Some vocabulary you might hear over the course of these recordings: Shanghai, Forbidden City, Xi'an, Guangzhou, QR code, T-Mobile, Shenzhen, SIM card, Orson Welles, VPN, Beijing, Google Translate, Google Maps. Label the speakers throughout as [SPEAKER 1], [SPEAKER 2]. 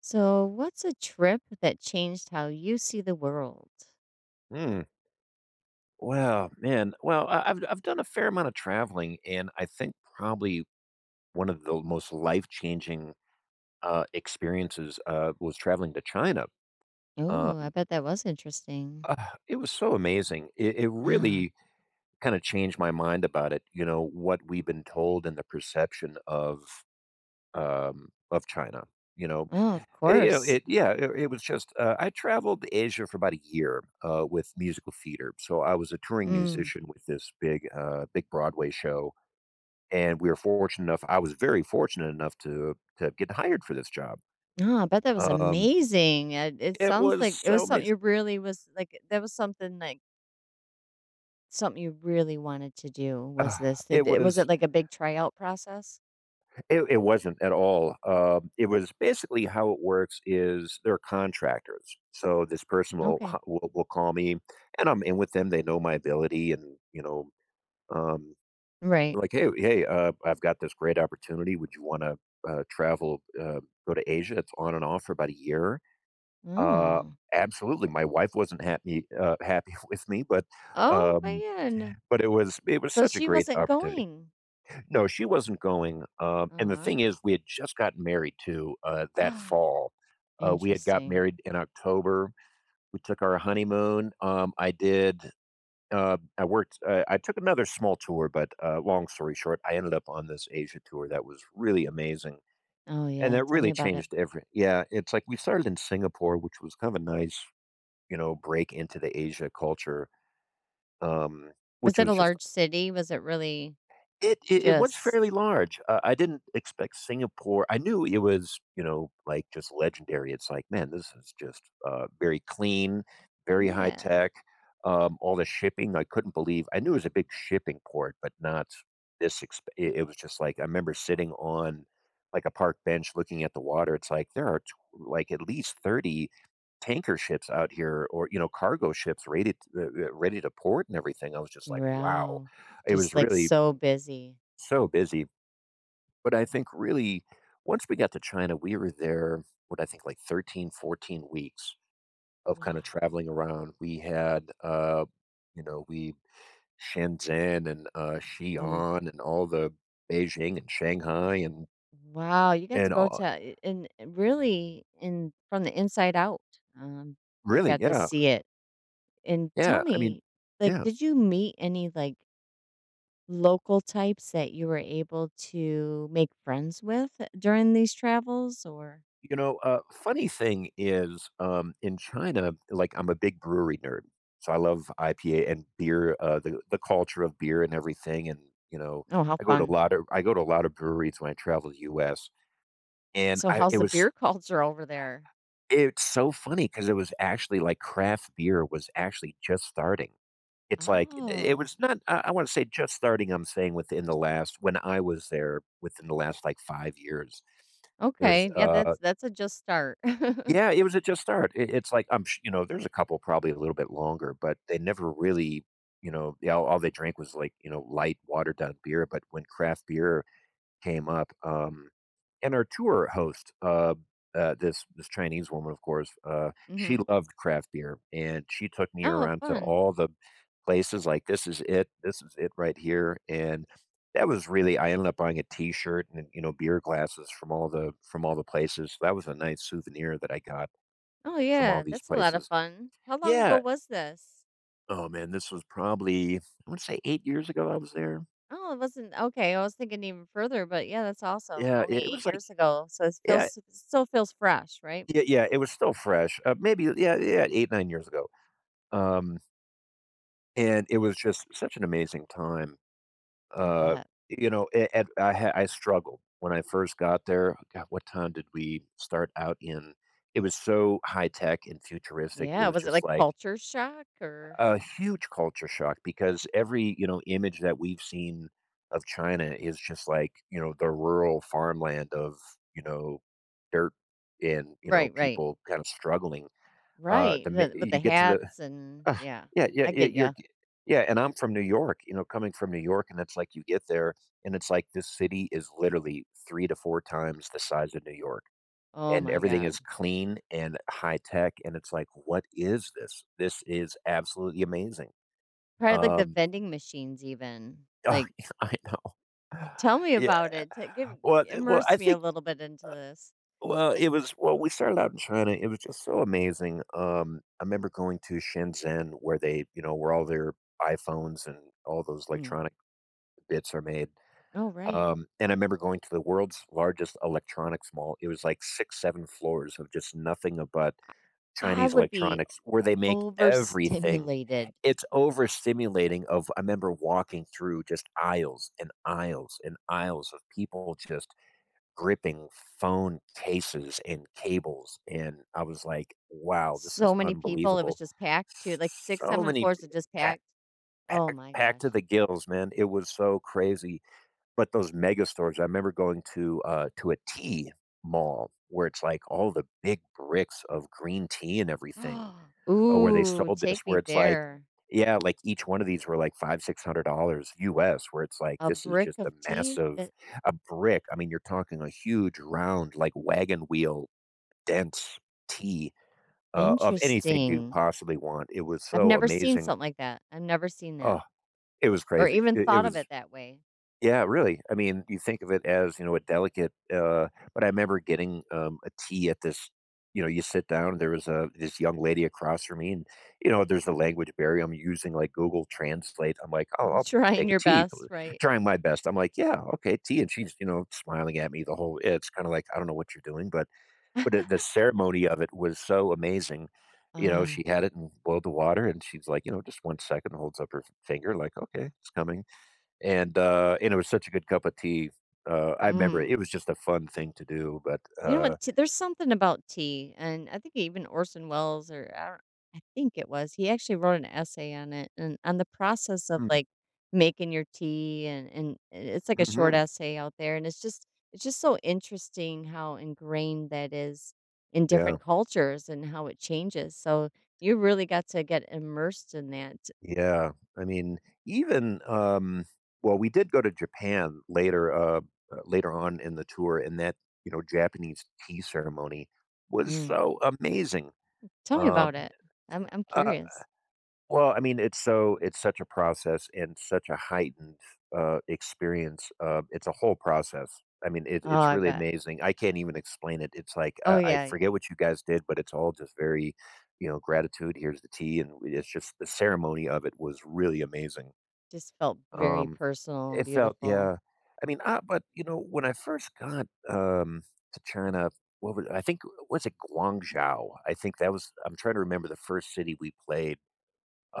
[SPEAKER 1] So, what's a trip that changed how you see the world?
[SPEAKER 2] Mm. Well, man. Well, I've done a fair amount of traveling, and I think probably one of the most life changing experiences was traveling to China.
[SPEAKER 1] Oh, I
[SPEAKER 2] Um,
[SPEAKER 1] bet that was interesting.
[SPEAKER 2] uh, it was so amazing. It
[SPEAKER 1] Ah,
[SPEAKER 2] really kind of changed my mind about it. You know, what we've been told and the perception of China. You know,
[SPEAKER 1] oh, of
[SPEAKER 2] Eh, you know,
[SPEAKER 1] course.
[SPEAKER 2] it Yeah, it was just, I traveled Asia for about a year, with musical theater, so I was a touring
[SPEAKER 1] Mm.
[SPEAKER 2] musician with this big, big Broadway show, and we were fortunate enough I was very fortunate enough to get hired for this job.
[SPEAKER 1] Oh, I bet that was
[SPEAKER 2] Um,
[SPEAKER 1] amazing. It
[SPEAKER 2] it
[SPEAKER 1] sounds
[SPEAKER 2] was
[SPEAKER 1] like it
[SPEAKER 2] so
[SPEAKER 1] was something
[SPEAKER 2] amazing.
[SPEAKER 1] you really was like. That was something like something you really wanted to do.
[SPEAKER 2] Uh,
[SPEAKER 1] Was this?
[SPEAKER 2] It
[SPEAKER 1] Was
[SPEAKER 2] was
[SPEAKER 1] it like a big tryout process?
[SPEAKER 2] it wasn't at all. It was basically, how it works is they're contractors, so this person will h
[SPEAKER 1] Okay,
[SPEAKER 2] will call me, and I'm in with them. They know my ability and, you know, um
[SPEAKER 1] right.
[SPEAKER 2] like, "Hey, I've got this great opportunity. Would you wanna, travel, go to Asia? It's on and off for about a year." Uh,
[SPEAKER 1] Oh,
[SPEAKER 2] Absolutely. My wife wasn't happy, happy with me,
[SPEAKER 1] oh
[SPEAKER 2] um,
[SPEAKER 1] man.
[SPEAKER 2] but it was
[SPEAKER 1] So
[SPEAKER 2] such a
[SPEAKER 1] she
[SPEAKER 2] great
[SPEAKER 1] wasn't
[SPEAKER 2] opportunity.
[SPEAKER 1] going.
[SPEAKER 2] No, she wasn't going, and the
[SPEAKER 1] Ah,
[SPEAKER 2] thing is, we had just gotten married too, that fall. We had got
[SPEAKER 1] interesting.
[SPEAKER 2] married in October. We took our honeymoon. I worked. I took another small tour, but long story short, I ended up on this Asia tour that was really amazing,
[SPEAKER 1] Oh
[SPEAKER 2] and
[SPEAKER 1] yeah,
[SPEAKER 2] that
[SPEAKER 1] tell me
[SPEAKER 2] really
[SPEAKER 1] about it.
[SPEAKER 2] changed every. Yeah, it's like we started in Singapore, which was kind of a nice, you know, break into the Asia culture, um,
[SPEAKER 1] Was
[SPEAKER 2] which
[SPEAKER 1] it a
[SPEAKER 2] was just
[SPEAKER 1] large city? Was it really
[SPEAKER 2] It it was fairly
[SPEAKER 1] just
[SPEAKER 2] large. I didn't expect Singapore. I knew it was, you know, like, just legendary. It's like, "Man, this is just, very clean, very high
[SPEAKER 1] Yeah.
[SPEAKER 2] tech." All the shipping, I couldn't believe I knew it was a big shipping port, but not this exp it it was just like, I remember sitting on, like, a park bench looking at the water. It's like, there are, t like, at least 30 tanker ships out here, or, you know, cargo ships rated, ready to port and everything. I was just like, "Wow."
[SPEAKER 1] Wow.
[SPEAKER 2] It was
[SPEAKER 1] Just, like,
[SPEAKER 2] really
[SPEAKER 1] so busy.
[SPEAKER 2] so busy, but I think really once we got to China, we were there, what, I think like 13, 14 weeks of kind
[SPEAKER 1] Wow.
[SPEAKER 2] of traveling around. We had, you know, we Shenzhen and
[SPEAKER 1] Mm.
[SPEAKER 2] Xi'an and all the Beijing and Shanghai
[SPEAKER 1] Wow, you got to
[SPEAKER 2] and
[SPEAKER 1] go
[SPEAKER 2] all,
[SPEAKER 1] to I and really in from the inside out, um, you
[SPEAKER 2] really,
[SPEAKER 1] got to
[SPEAKER 2] yeah,
[SPEAKER 1] see it. And
[SPEAKER 2] yeah.
[SPEAKER 1] tell
[SPEAKER 2] I mean,
[SPEAKER 1] me, like,
[SPEAKER 2] yeah.
[SPEAKER 1] did you meet any, like, local types that you were able to make friends with during these travels or
[SPEAKER 2] You know, funny thing is, in China, like, I'm a big brewery nerd, so I love IPA and beer, the culture of beer and everything. And you know,
[SPEAKER 1] Oh, how fun.
[SPEAKER 2] I go to a lot of breweries when I travel to the U.S. And
[SPEAKER 1] So
[SPEAKER 2] I
[SPEAKER 1] how's
[SPEAKER 2] it
[SPEAKER 1] the
[SPEAKER 2] was
[SPEAKER 1] beer culture over there?
[SPEAKER 2] it's so funny because it was actually like craft beer was actually just starting. It's like it
[SPEAKER 1] Oh.
[SPEAKER 2] was not. I want to say just starting. I'm saying within the last when I was there, within the last like 5 years, there's
[SPEAKER 1] Okay, yeah, that's a just start.
[SPEAKER 2] Yeah, it was a just start. It it's like, I'm sh you know, there's a couple probably a little bit longer, but they never really, you know, yeah, all they drank was, like, you know, light, watered down beer. But when craft beer came up, and our tour host, this Chinese woman, of course, she
[SPEAKER 1] Mhm.
[SPEAKER 2] loved craft beer, and she took me
[SPEAKER 1] Oh,
[SPEAKER 2] around to
[SPEAKER 1] fun.
[SPEAKER 2] all the places, like, "This is it. This is it right here," and that was really I ended up buying a T-shirt and, you know, beer glasses from all the places. That was a nice souvenir that I got
[SPEAKER 1] Oh,
[SPEAKER 2] from all
[SPEAKER 1] yeah,
[SPEAKER 2] these
[SPEAKER 1] that's a lot of
[SPEAKER 2] places.
[SPEAKER 1] fun. How long ago
[SPEAKER 2] Yeah.
[SPEAKER 1] was this?
[SPEAKER 2] Oh man, this was probably I want to say 8 years ago I was there.
[SPEAKER 1] Oh, it wasn't okay, I was thinking even further, but yeah, that's awesome.
[SPEAKER 2] Yeah,
[SPEAKER 1] Only
[SPEAKER 2] it
[SPEAKER 1] 8
[SPEAKER 2] was like
[SPEAKER 1] years ago, so it
[SPEAKER 2] yeah,
[SPEAKER 1] feels it still feels fresh, right?
[SPEAKER 2] yeah, yeah, it was still fresh. Maybe yeah, yeah, 8, 9 years ago. Um, and it was just such an amazing time.
[SPEAKER 1] I
[SPEAKER 2] Uh,
[SPEAKER 1] bet.
[SPEAKER 2] you know, a and I ha I struggled when I first got there. God, what time did we start out in? It was so high tech and futuristic. It
[SPEAKER 1] Yeah,
[SPEAKER 2] was
[SPEAKER 1] was it
[SPEAKER 2] just
[SPEAKER 1] like
[SPEAKER 2] like
[SPEAKER 1] culture shock or
[SPEAKER 2] a huge culture shock because every, you know, image that we've seen of China is just like, you know, the rural farmland of, you know, dirt and, you know,
[SPEAKER 1] Right, right.
[SPEAKER 2] people kind of struggling.
[SPEAKER 1] Right,
[SPEAKER 2] The mi-
[SPEAKER 1] the with the
[SPEAKER 2] you get to the
[SPEAKER 1] hats and
[SPEAKER 2] uh,
[SPEAKER 1] yeah,
[SPEAKER 2] yeah, yeah,
[SPEAKER 1] I
[SPEAKER 2] yeah,
[SPEAKER 1] get
[SPEAKER 2] you're
[SPEAKER 1] ya.
[SPEAKER 2] yeah, and I'm from New York. You know, coming from New York, and it's like you get there, and it's like this city is literally 3 to 4 times the size of New York,
[SPEAKER 1] Oh
[SPEAKER 2] and
[SPEAKER 1] my
[SPEAKER 2] everything is
[SPEAKER 1] god.
[SPEAKER 2] clean and high tech, and it's like, what is this? This is absolutely amazing.
[SPEAKER 1] Probably like the
[SPEAKER 2] Um,
[SPEAKER 1] vending machines even, like
[SPEAKER 2] I know.
[SPEAKER 1] tell me
[SPEAKER 2] Yeah.
[SPEAKER 1] about it. T Give
[SPEAKER 2] Well it- well, I
[SPEAKER 1] immerse me a
[SPEAKER 2] think
[SPEAKER 1] little bit into this.
[SPEAKER 2] well, it was well, We started out in China, it was just so amazing. I remember going to Shenzhen where they you know, where all their iPhones and all those
[SPEAKER 1] Mm.
[SPEAKER 2] electronic bits are made,
[SPEAKER 1] Oh, right.
[SPEAKER 2] and I remember going to the world's largest electronics mall. It was like 6, 7 floors of just nothing but
[SPEAKER 1] I
[SPEAKER 2] Chinese
[SPEAKER 1] would be
[SPEAKER 2] electronics where they make everything.
[SPEAKER 1] overstimulated.
[SPEAKER 2] It's overstimulating of I remember walking through just aisles of people just gripping phone cases and cables, and I was like, "Wow, this
[SPEAKER 1] So
[SPEAKER 2] is
[SPEAKER 1] many people, it was
[SPEAKER 2] unbelievable."
[SPEAKER 1] just packed too, like 6,
[SPEAKER 2] So
[SPEAKER 1] 7
[SPEAKER 2] many
[SPEAKER 1] floors
[SPEAKER 2] p
[SPEAKER 1] are just
[SPEAKER 2] pack
[SPEAKER 1] packed. Oh my
[SPEAKER 2] Packed
[SPEAKER 1] gosh.
[SPEAKER 2] to the gills, man, it was so crazy. But those mega stores, I remember going to a tea mall where it's, like, all the big bricks of green tea and everything. Oh, where they
[SPEAKER 1] Ooh,
[SPEAKER 2] sold this,
[SPEAKER 1] take me
[SPEAKER 2] where it's like
[SPEAKER 1] there.
[SPEAKER 2] yeah, like each one of these were like five, $600 US, where it's like,
[SPEAKER 1] A
[SPEAKER 2] this is
[SPEAKER 1] brick
[SPEAKER 2] just
[SPEAKER 1] of
[SPEAKER 2] a
[SPEAKER 1] tea?
[SPEAKER 2] massive
[SPEAKER 1] That?
[SPEAKER 2] a brick. I mean, you're talking a huge round, like wagon wheel, dense tea of anything you could
[SPEAKER 1] Interesting.
[SPEAKER 2] possibly want. It was
[SPEAKER 1] I've
[SPEAKER 2] so
[SPEAKER 1] never seen
[SPEAKER 2] amazing.
[SPEAKER 1] something like that. I've never seen that
[SPEAKER 2] Oh, it was
[SPEAKER 1] or
[SPEAKER 2] crazy.
[SPEAKER 1] even
[SPEAKER 2] It
[SPEAKER 1] thought of
[SPEAKER 2] was
[SPEAKER 1] it that way.
[SPEAKER 2] yeah, really. I mean, you think of it as, you know, a delicate, but I remember getting, a tea at this, you know, you sit down, there was a this young lady across from me, and, you know, there's a language barrier. I'm using like Google Translate. I'm like, "Oh, I'll
[SPEAKER 1] Trying
[SPEAKER 2] take a
[SPEAKER 1] your
[SPEAKER 2] tea,"
[SPEAKER 1] best, right?
[SPEAKER 2] trying my best. I'm like, "Yeah, okay, tea." And she's, you know, smiling at me the whole it's kinda like, "I don't know what you're doing," but the ceremony of it was so amazing. You know, she
[SPEAKER 1] Ah,
[SPEAKER 2] had it and boiled the water, and she's like, you know, just 1 second, holds up her finger like, "Okay, it's coming." And and it was such a good cup of tea. I remember it,
[SPEAKER 1] mm.
[SPEAKER 2] it was just a fun thing to do. But
[SPEAKER 1] You know what? T There's something about tea, and I think even Orson Welles, or I don't, I think it was, he actually wrote an essay on it and on the process of
[SPEAKER 2] mm,
[SPEAKER 1] like making your tea, and it's like a short
[SPEAKER 2] hmm
[SPEAKER 1] essay out there, and it's just so interesting how ingrained that is in
[SPEAKER 2] yeah,
[SPEAKER 1] different cultures and how it changes. So you really got to get immersed in that.
[SPEAKER 2] yeah. I mean, even well, we did go to Japan later later on in the tour, and that you know Japanese tea ceremony was
[SPEAKER 1] Mm.
[SPEAKER 2] so amazing.
[SPEAKER 1] Tell me
[SPEAKER 2] Um,
[SPEAKER 1] about it. I'm
[SPEAKER 2] uh,
[SPEAKER 1] curious.
[SPEAKER 2] Well, I mean, it's so it's such a process and such a heightened, experience. It's a whole process. I mean, it
[SPEAKER 1] Oh,
[SPEAKER 2] it's
[SPEAKER 1] I
[SPEAKER 2] really
[SPEAKER 1] bet.
[SPEAKER 2] amazing. I can't even explain it. It's like,
[SPEAKER 1] Oh
[SPEAKER 2] I
[SPEAKER 1] yeah,
[SPEAKER 2] forget what you guys did, but it's all just very, you know, gratitude, here's the tea, and it's just the ceremony of it was really amazing.
[SPEAKER 1] just felt very
[SPEAKER 2] Um,
[SPEAKER 1] personal and
[SPEAKER 2] it felt
[SPEAKER 1] beautiful.
[SPEAKER 2] yeah. I mean, ah, but, you know, when I first got, to China, what was I think was it Guangzhou? I think that was I'm trying to remember the first city we played.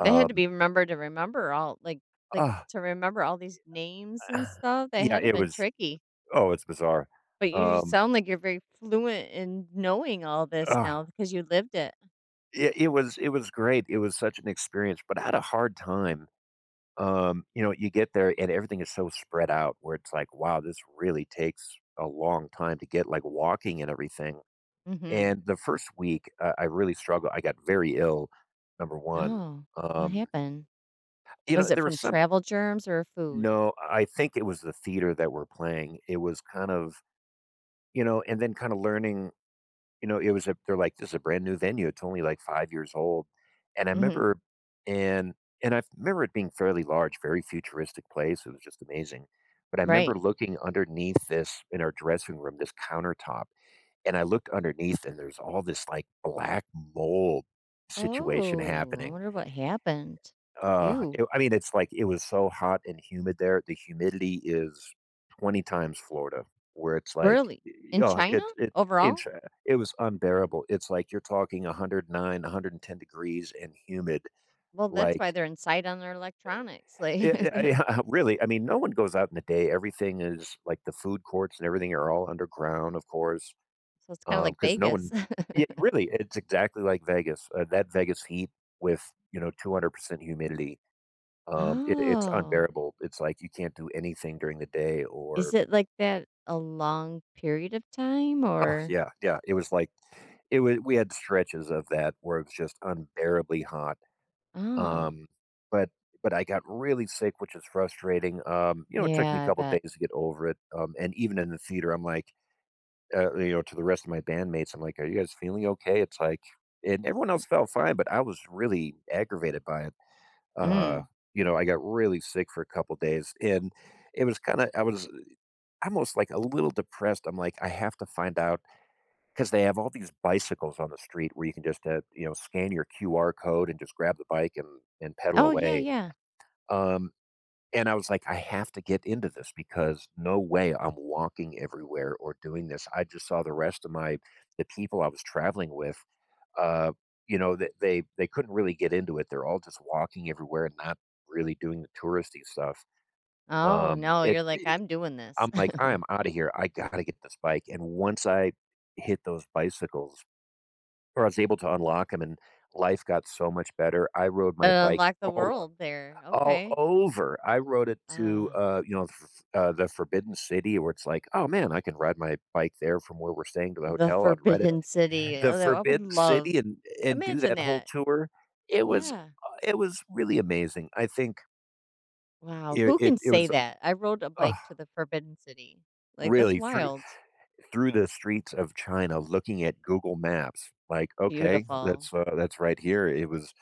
[SPEAKER 1] They had to be remembered to remember all like,
[SPEAKER 2] ah,
[SPEAKER 1] to remember all these names and stuff, they
[SPEAKER 2] Yeah,
[SPEAKER 1] had to
[SPEAKER 2] it
[SPEAKER 1] been
[SPEAKER 2] was
[SPEAKER 1] tricky,
[SPEAKER 2] oh, it's bizarre.
[SPEAKER 1] but you
[SPEAKER 2] Um,
[SPEAKER 1] sound like you're very fluent in knowing all this
[SPEAKER 2] ugh,
[SPEAKER 1] now because you lived it.
[SPEAKER 2] it was great. It was such an experience, but I had a hard time. You know, you get there and everything is so spread out, where it's like, wow, this really takes a long time to get like walking and everything.
[SPEAKER 1] Mhm.
[SPEAKER 2] And the first week, I really struggled. I got very ill, number one.
[SPEAKER 1] Oh, what
[SPEAKER 2] Um,
[SPEAKER 1] happened?
[SPEAKER 2] you
[SPEAKER 1] Was
[SPEAKER 2] know,
[SPEAKER 1] it
[SPEAKER 2] there was
[SPEAKER 1] from
[SPEAKER 2] some,
[SPEAKER 1] travel germs or food?
[SPEAKER 2] no, I think it was the theater that we're playing. It was kind of, you know, and then kind of learning You know, it was a they're like, "This is a brand new venue, it's only, like, 5 years old," and I
[SPEAKER 1] Mhm.
[SPEAKER 2] remember and and I remember it being fairly large, very futuristic place, it was just amazing, but I remember
[SPEAKER 1] Right.
[SPEAKER 2] looking underneath this in our dressing room, this countertop, and I looked underneath, and there's all this, like, black mold situation
[SPEAKER 1] Oh, I
[SPEAKER 2] happening.
[SPEAKER 1] wonder what happened. You
[SPEAKER 2] I mean, it's like it was so hot and humid there. The humidity is 20 times Florida, where it's like,
[SPEAKER 1] really? In
[SPEAKER 2] oh,
[SPEAKER 1] China?
[SPEAKER 2] it
[SPEAKER 1] Overall?
[SPEAKER 2] inch. It was unbearable. It's like you're talking 109, 110 degrees and humid.
[SPEAKER 1] Well, that's why
[SPEAKER 2] Like,
[SPEAKER 1] they're inside on their electronics, like, they're
[SPEAKER 2] it, really. I mean, no one goes out in the day. Everything is like the food courts and everything are all underground, of course,
[SPEAKER 1] so it's kinda like
[SPEAKER 2] because no
[SPEAKER 1] Vegas.
[SPEAKER 2] one. Yeah, really, it's exactly like Vegas. That Vegas heat with 200% humidity. It's
[SPEAKER 1] Oh.
[SPEAKER 2] unbearable. It's like you can't do anything during the day,
[SPEAKER 1] Is
[SPEAKER 2] or
[SPEAKER 1] it like that a long period of time
[SPEAKER 2] oh,
[SPEAKER 1] or
[SPEAKER 2] yeah, yeah, it was like it was we had stretches of that where it was just unbearably hot.
[SPEAKER 1] Oh,
[SPEAKER 2] Um, but but I got really sick, which is frustrating. It took me a
[SPEAKER 1] yeah, I
[SPEAKER 2] couple
[SPEAKER 1] bet.
[SPEAKER 2] days to get over it. And even in the theater, I'm like, you know, to the rest of my bandmates, I'm like, "Are you guys feeling okay?" It's like, and everyone else felt fine, but I was really aggravated by it. Uh,
[SPEAKER 1] Mm.
[SPEAKER 2] I got really sick for a couple days, and it was kind of I was almost, like, a little depressed. I'm like, "I have to find out, because they have all these bicycles on the street where you can just, scan your QR code and just grab the bike and pedal
[SPEAKER 1] Oh, yeah,
[SPEAKER 2] away."
[SPEAKER 1] yeah.
[SPEAKER 2] Um, and I was like, "I have to get into this, because no way I'm walking everywhere or doing this." I just saw the rest of my the people I was traveling with. Uh, you know, th they they couldn't really get into it. They're all just walking everywhere and not really doing the touristy stuff.
[SPEAKER 1] Oh, no,
[SPEAKER 2] It
[SPEAKER 1] you're like, "I'm doing this."
[SPEAKER 2] I'm like, "I'm out of here. I gotta get this bike," and once I hit those bicycles, or I was able to unlock them, and life got so much better. I rode my
[SPEAKER 1] And
[SPEAKER 2] bike
[SPEAKER 1] unlock the
[SPEAKER 2] all
[SPEAKER 1] world there,
[SPEAKER 2] all
[SPEAKER 1] okay.
[SPEAKER 2] over. I rode it to,
[SPEAKER 1] Ah,
[SPEAKER 2] you know, f the Forbidden City, where it's like, "Oh, man, I can ride my bike there from where we're staying to the
[SPEAKER 1] the
[SPEAKER 2] hotel." I'd ride it
[SPEAKER 1] Forbidden City.
[SPEAKER 2] the
[SPEAKER 1] Oh, that- I would
[SPEAKER 2] Forbidden
[SPEAKER 1] love
[SPEAKER 2] City and do
[SPEAKER 1] imagine
[SPEAKER 2] that whole
[SPEAKER 1] that.
[SPEAKER 2] tour. It was,
[SPEAKER 1] Yeah.
[SPEAKER 2] it was really amazing. I think
[SPEAKER 1] Wow,
[SPEAKER 2] it
[SPEAKER 1] who
[SPEAKER 2] it
[SPEAKER 1] can
[SPEAKER 2] it
[SPEAKER 1] say
[SPEAKER 2] was,
[SPEAKER 1] that? I rode a
[SPEAKER 2] uh,
[SPEAKER 1] bike to the Forbidden City. Like, that's
[SPEAKER 2] really, through
[SPEAKER 1] wild.
[SPEAKER 2] through the streets of China, looking at Google Maps, like, "Okay,
[SPEAKER 1] Beautiful.
[SPEAKER 2] that's right here." It was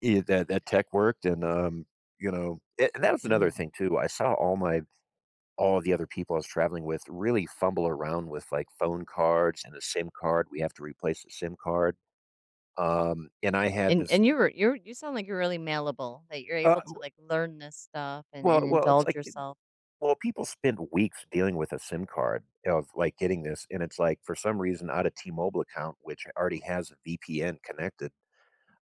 [SPEAKER 2] it that that tech worked, and, you know a and that was another
[SPEAKER 1] Mm.
[SPEAKER 2] thing too. I saw all the other people I was traveling with really fumble around with, like, phone cards and a SIM card. We have to replace the SIM card. And I had
[SPEAKER 1] And
[SPEAKER 2] this
[SPEAKER 1] you were you sound like you're really malleable, that you're
[SPEAKER 2] uh,
[SPEAKER 1] able to, like, learn this stuff
[SPEAKER 2] well
[SPEAKER 1] and
[SPEAKER 2] well, it's
[SPEAKER 1] indulge
[SPEAKER 2] like
[SPEAKER 1] yourself.
[SPEAKER 2] well, people spend weeks dealing with a SIM card of, like, getting this, and it's like, for some reason, out of T-Mobile account, which already has a VPN connected.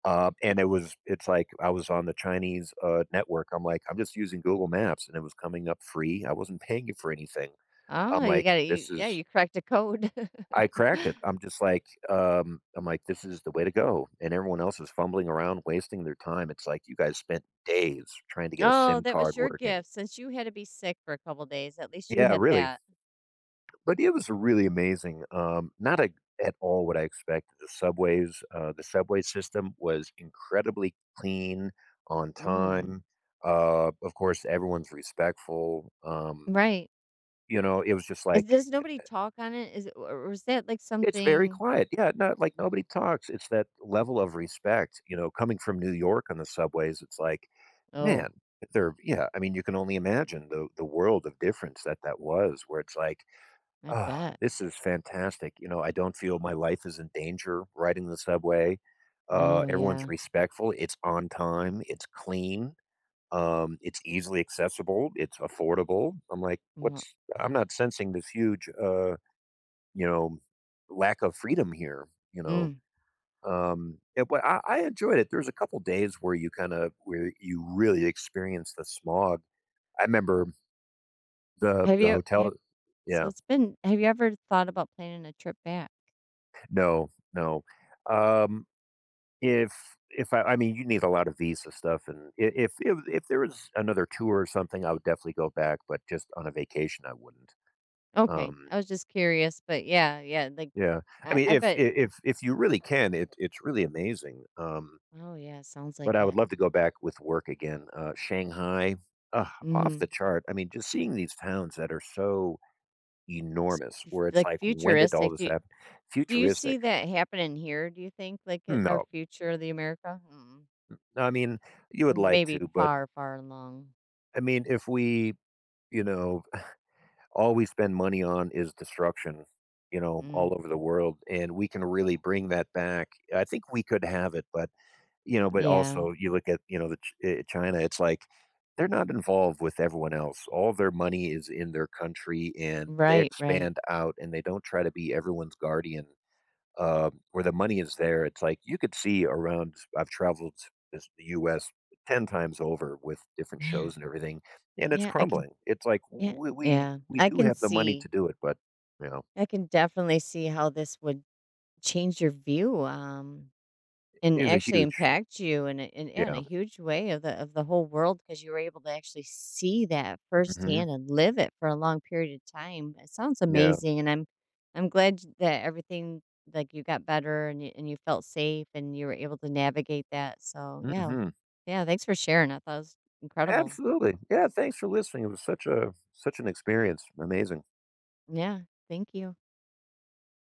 [SPEAKER 2] And it was it's like I was on the Chinese, network. I'm like, "I'm just using Google Maps," and it was coming up free. I wasn't paying it for anything. I'm
[SPEAKER 1] Oh, you
[SPEAKER 2] like,
[SPEAKER 1] gotta you
[SPEAKER 2] "This
[SPEAKER 1] yeah,
[SPEAKER 2] is..."
[SPEAKER 1] you cracked a code.
[SPEAKER 2] I cracked it. I'm like, "This is the way to go," and everyone else is fumbling around, wasting their time. It's like, "You guys spent days trying to get a
[SPEAKER 1] Oh,
[SPEAKER 2] SIM
[SPEAKER 1] that
[SPEAKER 2] card
[SPEAKER 1] was your
[SPEAKER 2] working."
[SPEAKER 1] gift since you had to be sick for a couple days, at least you
[SPEAKER 2] Yeah,
[SPEAKER 1] had
[SPEAKER 2] really.
[SPEAKER 1] that.
[SPEAKER 2] But it was really amazing. Not a, at all what I expected. The subway system was incredibly clean, on
[SPEAKER 1] Mm,
[SPEAKER 2] time. Of course, everyone's respectful.
[SPEAKER 1] right.
[SPEAKER 2] You know, it was just
[SPEAKER 1] Is
[SPEAKER 2] like
[SPEAKER 1] does nobody talk on it? Is it or is that, like,
[SPEAKER 2] it's very
[SPEAKER 1] something
[SPEAKER 2] quiet. Yeah, not like nobody talks. It's that level of respect. You know, coming from New York on the subways, it's like, man,
[SPEAKER 1] Oh,
[SPEAKER 2] they're, yeah. I mean, you can only imagine the world of difference that that was, where it's like,
[SPEAKER 1] I
[SPEAKER 2] ah,
[SPEAKER 1] bet.
[SPEAKER 2] this is fantastic. You know, I don't feel my life is in danger riding the subway.
[SPEAKER 1] No,
[SPEAKER 2] Everyone's
[SPEAKER 1] yeah.
[SPEAKER 2] respectful. It's on time. It's clean. It's easily accessible. It's affordable. I'm like,
[SPEAKER 1] Well
[SPEAKER 2] what's? I'm not sensing this huge, you know, lack of freedom here. You know,
[SPEAKER 1] mm.
[SPEAKER 2] but I enjoyed it. There's a couple days where you kind of where you really experience the smog. I remember the
[SPEAKER 1] Have
[SPEAKER 2] the
[SPEAKER 1] you
[SPEAKER 2] hotel.
[SPEAKER 1] have So
[SPEAKER 2] Yeah,
[SPEAKER 1] it's been have you ever thought about planning a trip back?
[SPEAKER 2] no, no. Um, if I I mean, you need a lot of visa stuff, and I if there was another tour or something, I would definitely go back, but just on a vacation, I wouldn't.
[SPEAKER 1] Okay,
[SPEAKER 2] Um,
[SPEAKER 1] I was just curious, but yeah, yeah, like
[SPEAKER 2] yeah. I mean,
[SPEAKER 1] I
[SPEAKER 2] if I
[SPEAKER 1] bet.
[SPEAKER 2] if you really can, it's really amazing,
[SPEAKER 1] Oh yeah, sounds
[SPEAKER 2] but
[SPEAKER 1] like
[SPEAKER 2] I would
[SPEAKER 1] it.
[SPEAKER 2] love to go back with work again. Shanghai, off
[SPEAKER 1] Mm-hmm.
[SPEAKER 2] the chart. I mean, just seeing these towns that are so enormous, where it's
[SPEAKER 1] Like
[SPEAKER 2] like, "When did all
[SPEAKER 1] futuristic.
[SPEAKER 2] this happen?"
[SPEAKER 1] Do you
[SPEAKER 2] Futuristic?
[SPEAKER 1] see that happening here? Do you think like our
[SPEAKER 2] No.
[SPEAKER 1] future of the America? Mm,
[SPEAKER 2] I mean, you would like
[SPEAKER 1] maybe
[SPEAKER 2] to, but,
[SPEAKER 1] far, far along.
[SPEAKER 2] I mean, if we, you know all we spend money on is destruction, you know, all
[SPEAKER 1] Mm,
[SPEAKER 2] over the world. And we can really bring that back. I think we could have it, but, you know, but
[SPEAKER 1] yeah.
[SPEAKER 2] also you look at, you know, the China, it's like they're not involved with everyone else. All their money is in their country, and they
[SPEAKER 1] Right. Right.
[SPEAKER 2] expand out, and they don't try to be everyone's guardian, where the money is there. It's like you could see around. I've traveled the U.S. 10 times over with different
[SPEAKER 1] Man.
[SPEAKER 2] shows and everything, and it's
[SPEAKER 1] Yeah. I can.
[SPEAKER 2] crumbling. It's like
[SPEAKER 1] Yeah.
[SPEAKER 2] we we,
[SPEAKER 1] Yeah.
[SPEAKER 2] we
[SPEAKER 1] I
[SPEAKER 2] do
[SPEAKER 1] can
[SPEAKER 2] have the money to
[SPEAKER 1] see.
[SPEAKER 2] do it, but you know,
[SPEAKER 1] I can definitely see how this would change your view. And
[SPEAKER 2] it's a
[SPEAKER 1] actually
[SPEAKER 2] huge,
[SPEAKER 1] impact you in a in yeah, in
[SPEAKER 2] yeah,
[SPEAKER 1] a huge way of the whole world because you were able to actually see that
[SPEAKER 2] hmm,
[SPEAKER 1] firsthand and live it for a long period of time. It sounds
[SPEAKER 2] yeah,
[SPEAKER 1] amazing, and I'm glad that everything like, you got better and you felt safe and you were able to navigate that, so, yeah.
[SPEAKER 2] hmm,
[SPEAKER 1] Yeah, thanks for sharing. I thought it was incredible.
[SPEAKER 2] absolutely, yeah. Thanks for listening. It was such an experience. Amazing.
[SPEAKER 1] Yeah, thank you.